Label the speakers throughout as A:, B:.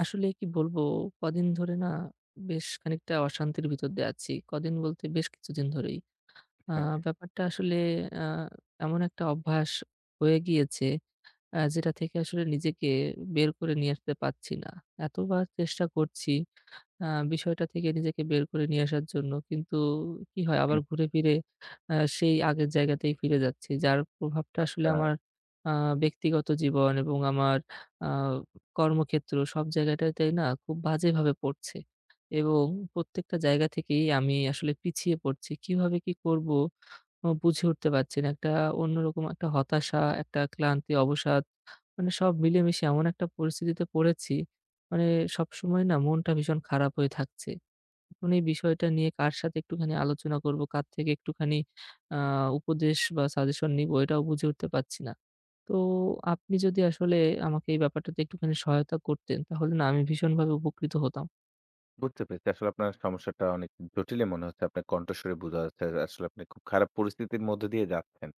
A: আসলে কি বলবো? কদিন ধরে না, বেশ খানিকটা অশান্তির ভিতর দিয়ে আছি। কদিন বলতে বেশ কিছুদিন ধরেই। আ
B: হ্যাঁ,
A: ব্যাপারটা আসলে আ এমন একটা অভ্যাস হয়ে গিয়েছে, যেটা থেকে আসলে নিজেকে বের করে নিয়ে আসতে পারছি না। এতবার চেষ্টা করছি আ বিষয়টা থেকে নিজেকে বের করে নিয়ে আসার জন্য। কিন্তু কি হয়, আবার ঘুরে ফিরে সেই আগের জায়গাতেই ফিরে যাচ্ছি। যার প্রভাবটা আসলে
B: আচ্ছা,
A: আমার আ ব্যক্তিগত জীবন এবং আমার আ কর্মক্ষেত্র সব জায়গাটাতেই না, খুব বাজেভাবে পড়ছে। এবং প্রত্যেকটা জায়গা থেকেই আমি আসলে পিছিয়ে পড়ছি। কিভাবে কি করব? ও বুঝে উঠতে পারছি না। একটা অন্যরকম একটা হতাশা, একটা ক্লান্তি, অবসাদ, মানে সব মিলিয়ে-মিশিয়ে এমন একটা পরিস্থিতিতে পড়েছি, মানে সবসময় না মনটা ভীষণ খারাপ হয়ে থাকছে। এখন এই বিষয়টা নিয়ে কার সাথে একটুখানি আলোচনা করব, কার থেকে একটুখানি আ উপদেশ বা সাজেশন নিবো, এটাও বুঝে উঠতে পারছি না। তো আপনি যদি আসলে আমাকে এই ব্যাপারটাতে একটুখানি সহায়তা করতেন, তাহলে না আমি ভীষণভাবে উপকৃত হতাম।
B: বুঝতে পেরেছি। আসলে আপনার সমস্যাটা অনেক জটিলই মনে হচ্ছে। আপনার কণ্ঠস্বরে বোঝা যাচ্ছে আসলে আপনি খুব খারাপ পরিস্থিতির মধ্য দিয়ে যাচ্ছেন।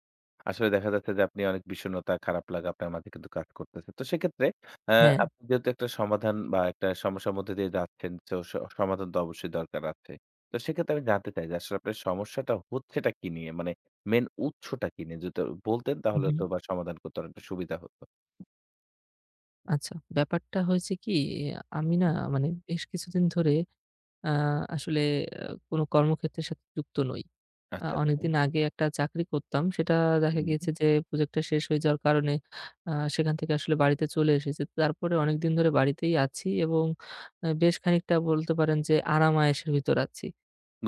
B: আসলে দেখা যাচ্ছে যে আপনি অনেক বিষণ্ণতা, খারাপ লাগা আপনার মাঝে কিন্তু কাজ করতেছে। তো সেক্ষেত্রে আ
A: হ্যাঁ।
B: আপনি যেহেতু একটা সমাধান বা একটা সমস্যার মধ্যে দিয়ে যাচ্ছেন, তো সমাধান তো অবশ্যই দরকার আছে। তো সেক্ষেত্রে আমি জানতে চাই যে আসলে আপনার সমস্যাটা হচ্ছেটা কি নিয়ে? মানে মেইন উৎসটা কি নিয়ে? যদি বলতেন
A: হু,
B: তাহলে
A: হু।
B: হয়তোবা সমাধান করতে অনেকটা সুবিধা হতো।
A: আচ্ছা, ব্যাপারটা হয়েছে কি, আমি না
B: হুম।
A: মানে বেশ কিছুদিন ধরে আ আসলে কোনো কর্মক্ষেত্রের সাথে যুক্ত নই।
B: আচ্ছা, আচ্ছা।
A: অনেকদিন আগে একটা চাকরি করতাম। সেটা দেখা
B: হুম।
A: গিয়েছে যে প্রজেক্টটা শেষ হয়ে যাওয়ার কারণে আ সেখান থেকে আসলে বাড়িতে চলে এসেছি। তারপরে অনেকদিন ধরে বাড়িতেই আছি এবং বেশ খানিকটা বলতে পারেন যে আরাম-আয়েশের ভিতর আছি।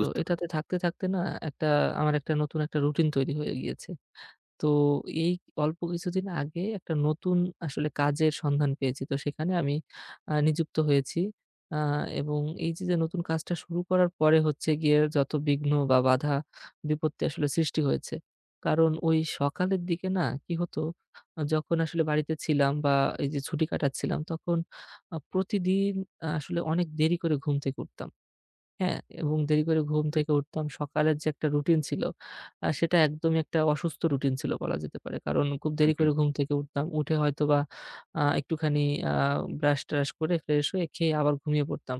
A: তো এটাতে
B: পেরেছি।
A: থাকতে, থাকতে না একটা, আমার একটা নতুন একটা রুটিন তৈরি হয়ে গিয়েছে। তো এই অল্প কিছুদিন আগে একটা নতুন আসলে কাজের সন্ধান পেয়েছি। তো সেখানে আমি নিযুক্ত হয়েছি। আ এবং এই যে নতুন কাজটা শুরু করার পরে হচ্ছে গিয়ে যত বিঘ্ন বা বাধা বিপত্তি আসলে সৃষ্টি হয়েছে। কারণ ওই সকালের দিকে না কি হতো, যখন আসলে বাড়িতে ছিলাম বা এই যে ছুটি কাটাচ্ছিলাম তখন প্রতিদিন আসলে অনেক দেরি করে ঘুম থেকে উঠতাম। হ্যাঁ, এবং দেরি করে ঘুম থেকে উঠতাম। সকালের যে একটা রুটিন ছিল, সেটা একদমই একটা অসুস্থ রুটিন ছিল বলা যেতে পারে। কারণ খুব
B: হুম,
A: দেরি
B: হুম।
A: করে ঘুম থেকে উঠতাম। উঠে হয়তোবা একটুখানি আ ব্রাশ-ট্রাশ করে ফ্রেশ হয়ে খেয়ে আবার ঘুমিয়ে পড়তাম।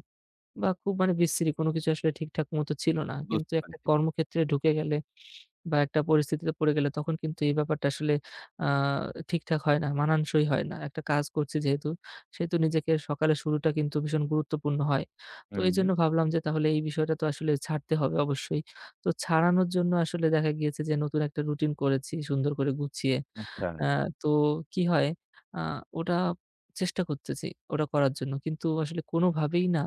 A: বা খুব মানে বিশ্রী, কোনো কিছু আসলে ঠিকঠাক মতো ছিল না। কিন্তু
B: বুঝতে
A: একটা
B: পারছি।
A: কর্মক্ষেত্রে ঢুকে গেলে বা একটা পরিস্থিতিতে পড়ে গেলে তখন কিন্তু এই ব্যাপারটা আসলে আ ঠিকঠাক হয় না, মানানসই হয় না। একটা কাজ করছি যেহেতু, সেহেতু নিজেকে সকালের শুরুটা কিন্তু ভীষণ গুরুত্বপূর্ণ হয়। তো
B: হুম,
A: এইজন্য ভাবলাম যে তাহলে এই বিষয়টা তো আসলে ছাড়তে হবে অবশ্যই। তো ছাড়ানোর জন্য আসলে দেখা গিয়েছে যে নতুন একটা রুটিন করেছি সুন্দর করে গুছিয়ে।
B: আচ্ছা।
A: আ তো কি হয়, আ ওটা চেষ্টা করতেছি ওটা করার জন্য। কিন্তু আসলে কোনোভাবেই না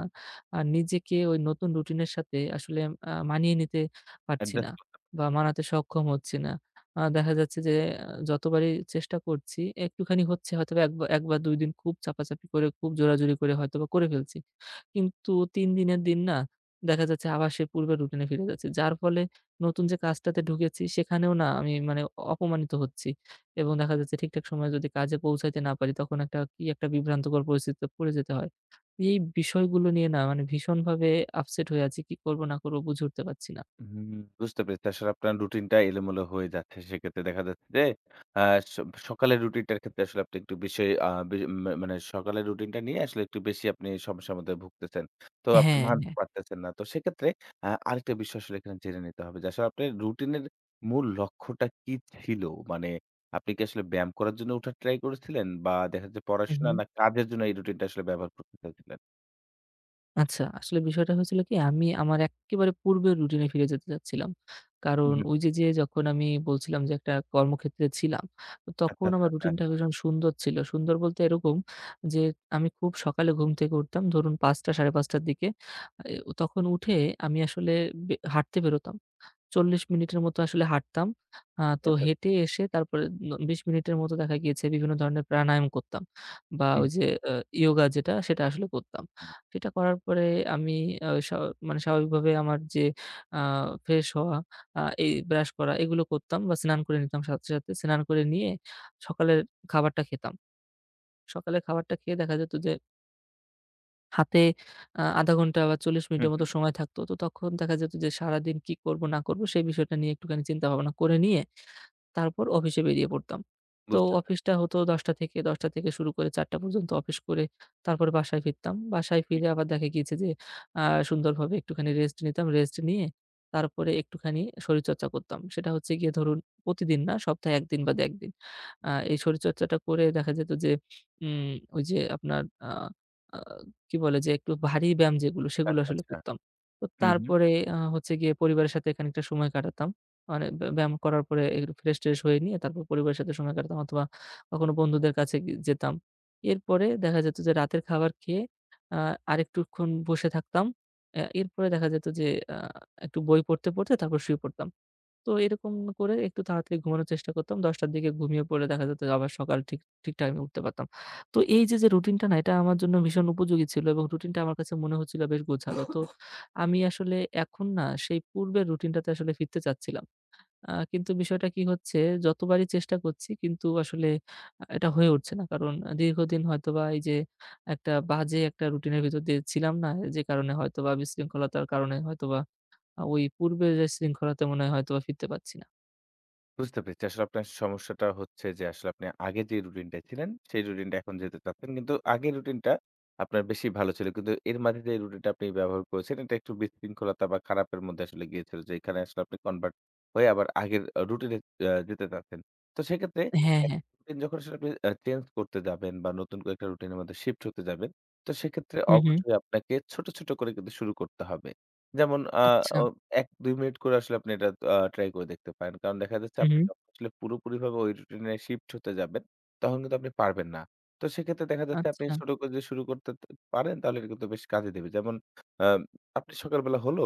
A: নিজেকে ওই নতুন রুটিনের সাথে আসলে মানিয়ে নিতে পারছি
B: একটা
A: না বা মানাতে সক্ষম হচ্ছি না। দেখা যাচ্ছে যে যতবারই চেষ্টা করছি, একটুখানি হচ্ছে, হয়তোবা ১ বা ২ দিন খুব চাপাচাপি করে, খুব জোরাজুরি করে হয়তোবা করে ফেলছি। কিন্তু ৩ দিনের দিন না দেখা যাচ্ছে আবার সেই পূর্বের রুটিনে ফিরে যাচ্ছি। যার ফলে নতুন যে কাজটাতে ঢুকেছি সেখানেও না আমি মানে অপমানিত হচ্ছি। এবং দেখা যাচ্ছে ঠিকঠাক সময়ে যদি কাজে পৌঁছাইতে না পারি তখন একটা কি একটা বিভ্রান্তকর পরিস্থিতিতে পড়ে যেতে হয়। এই বিষয়গুলো নিয়ে না মানে ভীষণভাবে আপসেট হয়ে আছি। কি করব, না করব, বুঝে উঠতে পারছি না।
B: হুম, বুঝতে পেরেছি। আসলে আপনার রুটিনটা এলোমেলো হয়ে যাচ্ছে। সেক্ষেত্রে দেখা যাচ্ছে যে আ স সকালের রুটিনটার ক্ষেত্রে আসলে আপনি একটু বেশি আ বে মা মানে সকালের রুটিনটা নিয়ে আসলে একটু বেশি আপনি সমস্যার মধ্যে ভুগতেছেন। তো আপনি
A: হ্যাঁ,
B: মানতে
A: হ্যাঁ।
B: পারতেছেন না। তো সেক্ষেত্রে আরেকটা বিষয় আসলে এখানে জেনে নিতে হবে যে আসলে আপনার রুটিনের মূল লক্ষ্যটা কি ছিল? মানে আপনি কি আসলে ব্যায়াম করার জন্য উঠার ট্রাই করেছিলেন বা দেখা যাচ্ছে
A: হু, হু।
B: পড়াশোনা না কাজের জন্য এই রুটিনটা আসলে ব্যবহার করতে চাইছিলেন?
A: আচ্ছা, আসলে বিষয়টা হয়েছিল কি? আমি আমার এক্কেবারে পূর্বের রুটিনে ফিরে যেতে চাচ্ছিলাম। কারণ
B: হুম,
A: ওই
B: হুম।
A: যে, যে যখন আমি বলছিলাম যে একটা কর্মক্ষেত্রে ছিলাম, তো তখন
B: আচ্ছা,
A: আমার
B: আচ্ছা।
A: রুটিনটা ভীষণ সুন্দর ছিল। সুন্দর বলতে এরকম যে আমি খুব সকালে ঘুম থেকে উঠতাম, ধরুন ৫ঃ০০ ৫ঃ৩০ র দিকে। এ তখন উঠে আমি আসলে হাঁটতে বেরোতাম। ৪০ মিনিটের মতো আসলে হাঁটতাম। তো
B: হ্যাঁ।
A: হেঁটে এসে তারপরে ২০ মিনিটের মতো দেখা গিয়েছে বিভিন্ন ধরনের প্রাণায়াম করতাম। বা
B: হুম,
A: ওই যে আ ইয়োগা, যেটা সেটা আসলে করতাম। সেটা করার পরে আমি আ স্বা মানে স্বাভাবিকভাবে আমার যে আ ফ্রেশ হওয়া, এই ব্রাশ করা এগুলো করতাম, বা স্নান করে নিতাম সাথে, সাথে। স্নান করে নিয়ে সকালের খাবারটা খেতাম। সকালের খাবারটা খেয়ে দেখা যেত যে হাতে ০.৫ ঘন্টা বা ৪০
B: হুম,
A: মিনিটের মতো
B: হুম,
A: সময় থাকতো। তো তখন দেখা যেত যে সারাদিন কি করব না করব সেই বিষয়টা নিয়ে একটুখানি চিন্তা ভাবনা করে নিয়ে তারপর অফিসে বেরিয়ে পড়তাম। তো
B: বুঝতে
A: অফিসটা হতো ১০টা থেকে শুরু করে ৪টা পর্যন্ত অফিস করে তারপরে বাসায় ফিরতাম। বাসায়
B: পেরেছি।
A: ফিরে আবার দেখা গিয়েছে যে আ সুন্দরভাবে একটুখানি রেস্ট নিতাম। রেস্ট নিয়ে তারপরে একটুখানি শরীরচর্চা করতাম। সেটা হচ্ছে গিয়ে ধরুন প্রতিদিন না, সপ্তাহে ১ দিন বাদে ১ দিন।
B: হুম,
A: এই শরীরচর্চাটা করে দেখা যেত যে উম ওই যে আপনার, আ আ কি বলে, যে একটু ভারী ব্যায়াম যেগুলো সেগুলো
B: আচ্ছা,
A: আসলে
B: আচ্ছা।
A: করতাম। তো
B: হুম, হুম,
A: তারপরে হচ্ছে গিয়ে পরিবারের সাথে খানিকটা সময় কাটাতাম। মানে ব্যায়াম করার পরে একটু ফ্রেশ-ট্রেশ হয়ে নিয়ে তারপর পরিবারের সাথে সময় কাটাতাম, অথবা কখনো বন্ধুদের কাছে যেতাম। এরপরে দেখা যেত যে রাতের খাবার খেয়ে আ আরেকটুক্ষণ বসে থাকতাম। এরপরে দেখা যেত যে আ একটু বই পড়তে, পড়তে তারপর শুয়ে পড়তাম। তো এরকম করে একটু তাড়াতাড়ি ঘুমানোর চেষ্টা করতাম। ১০ঃ০০ র দিকে ঘুমিয়ে পড়লে দেখা যেত যে আবার সকাল ঠিক ঠিক টাইমে উঠতে পারতাম। তো এই যে রুটিনটা না, এটা আমার জন্য ভীষণ উপযোগী ছিল এবং রুটিনটা আমার কাছে মনে হচ্ছিল বেশ গোছালো। তো আমি আসলে এখন না সেই পূর্বের রুটিনটাতে আসলে ফিরতে চাচ্ছিলাম। কিন্তু বিষয়টা কি হচ্ছে, যতবারই চেষ্টা করছি কিন্তু আসলে এটা হয়ে উঠছে না। কারণ দীর্ঘদিন হয়তোবা এই যে একটা বাজে একটা রুটিনের ভিতর দিয়ে ছিলাম না? যে কারণে হয়তোবা বিশৃঙ্খলতার কারণে হয়তোবা ওই পূর্বের যে শৃঙ্খলাতে মনে হয় হয়তোবা ফিরতে পারছি না।
B: বুঝতে পেরেছি। আসলে আপনার সমস্যাটা হচ্ছে যে আসলে আপনি আগে যে রুটিনটায় ছিলেন, সেই রুটিনটা এখন যেতে চাচ্ছেন। কিন্তু আগের রুটিনটা আপনার বেশি ভালো ছিল। কিন্তু এর মাঝে যে রুটিনটা আপনি ব্যবহার করেছেন, এটা একটু বিশৃঙ্খলতা বা খারাপের মধ্যে আসলে গিয়েছিল। যেখানে আসলে আপনি কনভার্ট হয়ে আবার আগের রুটিনে যেতে চাচ্ছেন। তো সেক্ষেত্রে
A: হ্যাঁ, হ্যাঁ।
B: একটা রুটিন যখন আসলে আপনি চেঞ্জ করতে যাবেন বা নতুন করে একটা রুটিনের মধ্যে শিফট হতে যাবেন, তো সেক্ষেত্রে
A: হু, হু।
B: অবশ্যই আপনাকে ছোট, ছোট করে কিন্তু শুরু করতে হবে। যেমন আ
A: আচ্ছা।
B: ও ১-২ মিনিট করে আসলে আপনি এটা ট্রাই করে দেখতে পারেন। কারণ দেখা যাচ্ছে
A: হু, হু।
B: আপনি যখন আসলে পুরোপুরিভাবে ওই রুটিন এ শিফট হতে যাবেন, তখন কিন্তু আপনি পারবেন না। তো সেক্ষেত্রে দেখা যাচ্ছে আপনি
A: আচ্ছা।
B: ছোট করে যদি শুরু করতে পারেন তাহলে এটা কিন্তু বেশ কাজে দেবে। যেমন আ আপনি সকালবেলা হলো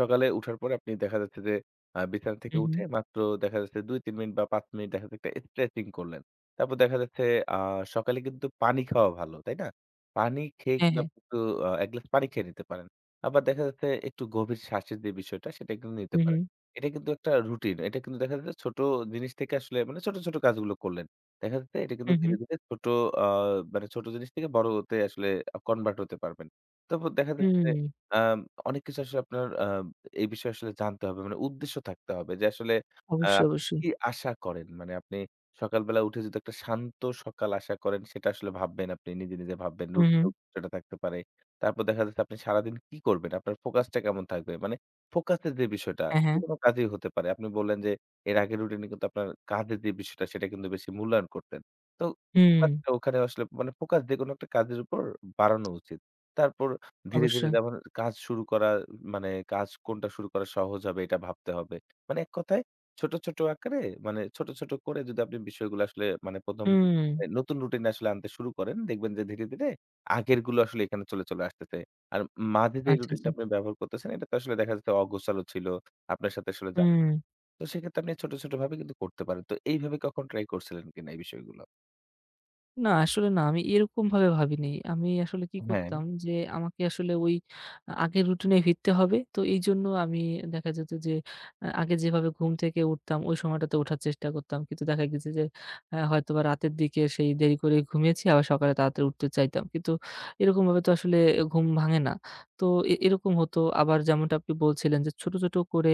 B: সকালে উঠার পরে আপনি দেখা যাচ্ছে যে বিছানা
A: হু,
B: থেকে
A: হু।
B: উঠে মাত্র দেখা যাচ্ছে ২-৩ মিনিট বা ৫ মিনিট দেখা যাচ্ছে একটা স্ট্রেচিং করলেন। তারপর দেখা যাচ্ছে আ সকালে কিন্তু পানি খাওয়া ভালো, তাই না? পানি খেয়ে
A: হ্যাঁ,
B: কিন্তু
A: হ্যাঁ।
B: আপনি একটু ১ গ্লাস পানি খেয়ে নিতে পারেন। আবার দেখা যাচ্ছে একটু গভীর শ্বাসের যে বিষয়টা সেটা কিন্তু
A: হু,
B: নিতে
A: হু।
B: পারেন। এটা কিন্তু একটা রুটিন। এটা কিন্তু দেখা যাচ্ছে ছোট জিনিস থেকে আসলে মানে ছোট, ছোট কাজগুলো করলেন। দেখা যাচ্ছে এটা
A: হু,
B: কিন্তু
A: হু।
B: ধীরে, ধীরে ছোট আ মানে ছোট জিনিস থেকে বড়তে আসলে কনভার্ট হতে পারবেন। তারপর দেখা যাচ্ছে যে
A: হুম।
B: আম অনেক কিছু আসলে আপনার এই বিষয়ে আসলে জানতে হবে। মানে উদ্দেশ্য থাকতে হবে যে আসলে
A: অবশ্যই,
B: আপনি
A: অবশ্যই।
B: কি আশা করেন? মানে আপনি সকালবেলা উঠে যদি একটা শান্ত সকাল আশা করেন সেটা আসলে ভাববেন আপনি নিজে, নিজে ভাববেন।
A: হু, হু।
B: রুটিনের উদ্দেশ্যটা থাকতে পারে। তারপর দেখা যাচ্ছে আপনি সারাদিন কি করবেন? আপনার ফোকাসটা কেমন থাকবে? মানে ফোকাসের যে বিষয়টা
A: হ্যাঁ, হ্যাঁ।
B: যেকোনো কাজেই হতে পারে। আপনি বললেন যে এর আগের রুটিনে কিন্তু আপনার কাজের যে বিষয়টা সেটা কিন্তু বেশি মূল্যায়ন করতেন। তো
A: হুম।
B: ফোকাসটা ওখানে আসলে মানে ফোকাস যেকোনো একটা কাজের উপর বাড়ানো উচিত। তারপর ধীরে, ধীরে
A: অবশ্যই।
B: যেমন কাজ শুরু করা মানে কাজ কোনটা শুরু করা সহজ হবে এটা ভাবতে হবে। মানে এক কথায় ছোট, ছোট আকারে মানে ছোট, ছোট করে যদি আপনি বিষয়গুলো আসলে মানে ১ম
A: হুম।
B: এ নতুন রুটিন আসলে আনতে শুরু করেন, দেখবেন যে ধীরে, ধীরে আগের গুলো আসলে এখানে চলে, চলে আসতেছে। আর মাঝে যে
A: আচ্ছা, আচ্ছা।
B: রুটিনটা আপনি ব্যবহার করতেছেন এটা তো আসলে দেখা যাচ্ছে অগোছালো ছিল। আপনার সাথে আসলে যা।
A: হুম।
B: তো সেক্ষেত্রে আপনি ছোট, ছোট ভাবে কিন্তু করতে পারেন। তো এইভাবে কখন ট্রাই করছিলেন কিনা এই বিষয়গুলো?
A: না, আসলে না আমি এরকমভাবে ভাবিনি। আমি আসলে কি
B: হ্যাঁ,
A: করতাম যে আমাকে আসলে ওই আগের রুটিনে ফিরতে হবে। তো এইজন্য আমি দেখা যেত যে আগে যেভাবে ঘুম থেকে উঠতাম ওই সময়টাতে ওঠার চেষ্টা করতাম। কিন্তু দেখা গেছে যে হয়তোবা রাতের দিকে সেই দেরি করে ঘুমিয়েছি, আবার সকালে তাড়াতাড়ি উঠতে চাইতাম। কিন্তু এরকমভাবে তো আসলে ঘুম ভাঙে না। তো এরকম হতো, আবার যেমনটা আপনি বলছিলেন যে ছোট, ছোট করে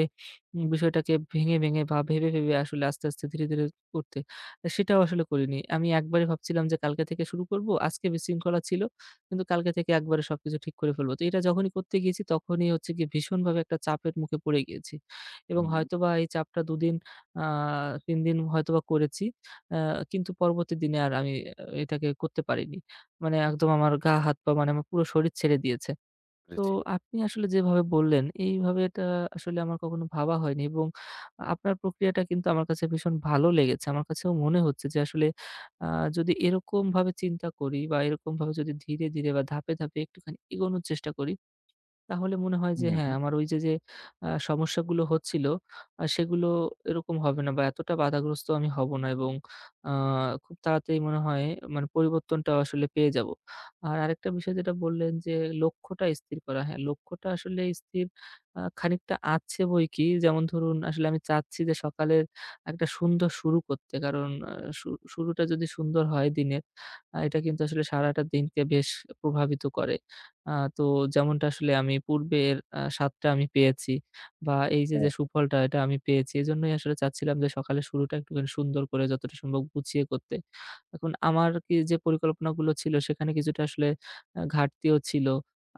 A: বিষয়টাকে ভেঙে, ভেঙে বা ভেবে, ভেবে আসলে আস্তে, আস্তে, ধীরে, ধীরে করতে, সেটাও আসলে করিনি। আমি একবারে ভাবছিলাম যে কালকে থেকে শুরু করব। আজকে বিশৃঙ্খলা ছিল, কিন্তু কালকে থেকে একবারে সবকিছু ঠিক করে ফেলব। তো এটা যখনই করতে গিয়েছি তখনই হচ্ছে গিয়ে ভীষণভাবে একটা চাপের মুখে পড়ে গিয়েছি। এবং
B: হুম,
A: হয়তোবা এই চাপটা ২ দিন আ ৩ দিন হয়তোবা করেছি। আ কিন্তু পরবর্তী দিনে আর আমি এটাকে করতে পারিনি। মানে একদম আমার গা হাত পা, মানে আমার পুরো শরীর ছেড়ে দিয়েছে। তো
B: বুঝেছি।
A: আপনি আসলে যেভাবে বললেন, এইভাবে এটা আসলে আমার কখনো ভাবা হয়নি, এবং আপনার প্রক্রিয়াটা কিন্তু আমার কাছে ভীষণ ভালো লেগেছে। আমার কাছেও মনে হচ্ছে যে আসলে আ যদি এরকমভাবে চিন্তা করি বা এরকমভাবে যদি ধীরে, ধীরে বা ধাপে, ধাপে একটুখানি এগোনোর চেষ্টা করি, তাহলে মনে হয়
B: হুম,
A: যে হ্যাঁ,
B: হুম,
A: আমার ওই যে সমস্যাগুলো হচ্ছিল, সেগুলো এরকম হবে না, বা এতটা বাধাগ্রস্ত আমি হব না, এবং আ খুব তাড়াতাড়ি মনে হয় মানে পরিবর্তনটা আসলে পেয়ে যাব। আর আরেকটা বিষয় যেটা বললেন যে লক্ষ্যটা স্থির করা। হ্যাঁ, লক্ষ্যটা আসলে স্থির খানিকটা আছে বইকি। যেমন ধরুন, আসলে আমি চাচ্ছি যে সকালের একটা সুন্দর শুরু করতে। কারণ আ শু শুরুটা যদি সুন্দর হয় দিনের, এটা কিন্তু আসলে সারাটা দিনকে বেশ প্রভাবিত করে। আ তো যেমনটা আসলে আমি পূর্বের স্বাদটা আমি পেয়েছি বা এই যে সুফলটা এটা আমি পেয়েছি, এজন্যই আসলে চাচ্ছিলাম যে সকালের শুরুটা একটুখানি সুন্দর করে যতটা সম্ভব গুছিয়ে করতে। এখন আমার কি যে পরিকল্পনাগুলো ছিল সেখানে কিছুটা আসলে ঘাটতিও ছিল।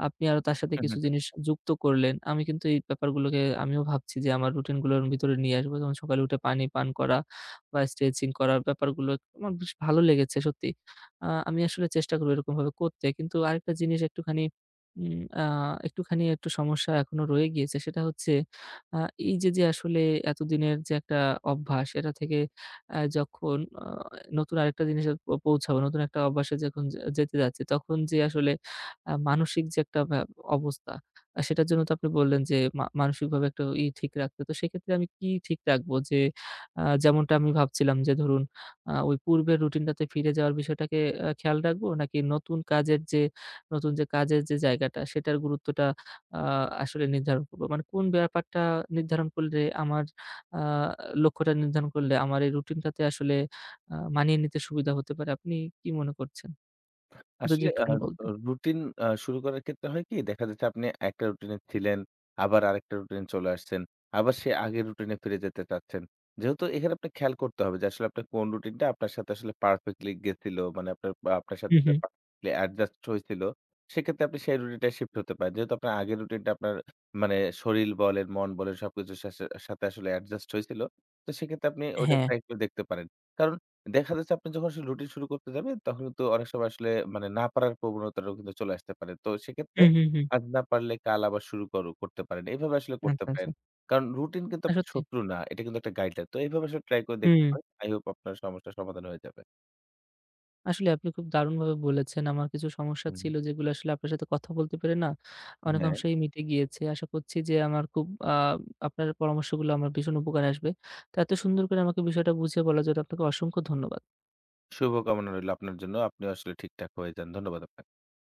A: আপনি আরো তার সাথে কিছু
B: হ্যাঁ।
A: জিনিস যুক্ত করলেন। আমি কিন্তু এই ব্যাপারগুলোকে আমিও ভাবছি যে আমার রুটিনগুলোর ভিতরে নিয়ে আসবো। যেমন সকালে উঠে পানি পান করা বা স্ট্রেচিং করার ব্যাপারগুলো আমার বেশ ভালো লেগেছে সত্যি। আমি আসলে চেষ্টা করব এরকমভাবে করতে। কিন্তু আরেকটা জিনিস একটুখানি উম আ একটুখানি একটু সমস্যা এখনো রয়ে গিয়েছে। সেটা হচ্ছে আ এই যে আসলে এতদিনের যে একটা অভ্যাস, এটা থেকে যখন নতুন আরেকটা জিনিসে পৌঁছাবো, নতুন একটা অভ্যাসে যখন যেতে যাচ্ছি, তখন যে আসলে মানসিক যে একটা অবস্থা, সেটার জন্য তো আপনি বললেন যে মানসিকভাবে একটু ঠিক রাখতে। তো সেক্ষেত্রে আমি কি ঠিক রাখবো? যে আ যেমনটা আমি ভাবছিলাম যে ধরুন ওই পূর্বের রুটিনটাতে ফিরে যাওয়ার বিষয়টাকে খেয়াল রাখবো? নাকি নতুন যে কাজের যে জায়গাটা সেটার গুরুত্বটা আ আসলে নির্ধারণ করব। মানে কোন ব্যাপারটা নির্ধারণ করলে আমার আ লক্ষ্যটা নির্ধারণ করলে আমার এই রুটিনটাতে আসলে মানিয়ে নিতে সুবিধা হতে পারে। আপনি কি মনে করছেন? যদি
B: আসলে আ
A: একটুখানি
B: আ
A: বলতেন।
B: রুটিন শুরু করার ক্ষেত্রে হয় কি? দেখা যাচ্ছে আপনি একটা রুটিনে ছিলেন, আবার আরেকটা রুটিনে চলে আসছেন। আবার সেই আগের রুটিনে ফিরে যেতে চাচ্ছেন। যেহেতু এখানে আপনাকে খেয়াল করতে হবে যে আসলে আপনার কোন রুটিনটা আপনার সাথে আসলে পারফেক্টলি গেছিল। মানে আপনার আপনার
A: হু,
B: সাথে
A: হু।
B: আসলে পারফেক্টলি অ্যাডজাস্ট হয়েছিল। সেক্ষেত্রে আপনি সেই রুটিনটায় শিফট হতে পারেন। যেহেতু আপনার আগের রুটিনটা আপনার মানে শরীর বলেন, মন বলেন সবকিছুর সা সা সাথে আসলে অ্যাডজাস্ট হয়েছিল। তো সেক্ষেত্রে আপনি ওইটা
A: হ্যাঁ।
B: ট্রাই করে দেখতে পারেন। কারণ দেখা যাচ্ছে আপনি যখন আসলে রুটিন শুরু করতে যাবেন, তখন কিন্তু অনেক সময় আসলে মানে না পারার প্রবণতাটাও কিন্তু চলে আসতে পারে। তো সেক্ষেত্রে
A: হু, হু, হু।
B: আজ না পারলে কাল আবার শুরু করো করতে পারেন। এভাবে আসলে করতে
A: আচ্ছা, আচ্ছা।
B: পারেন। কারণ রুটিন কিন্তু
A: না
B: আপনার
A: সত্যি।
B: শত্রু না। এটা কিন্তু একটা গাইডলাইন। তো এভাবে আসলে ট্রাই করে দেখতে
A: হুম।
B: পারেন। আই হোপ আপনার সমস্যার সমাধান হয়ে যাবে।
A: আসলে আপনি খুব দারুণভাবে বলেছেন। আমার কিছু সমস্যা
B: হুম।
A: ছিল যেগুলো আসলে আপনার সাথে কথা বলতে পেরে না
B: হ্যাঁ,
A: অনেকাংশেই মিটে গিয়েছে। আশা করছি যে আমার খুব আপনার পরামর্শগুলো আমার ভীষণ উপকারে আসবে। তো এত সুন্দর করে আমাকে বিষয়টা বুঝিয়ে বলার জন্য আপনাকে অসংখ্য ধন্যবাদ।
B: শুভকামনা রইলো আপনার জন্য। আপনিও আসলে ঠিকঠাক হয়ে যান। ধন্যবাদ আপনাকে।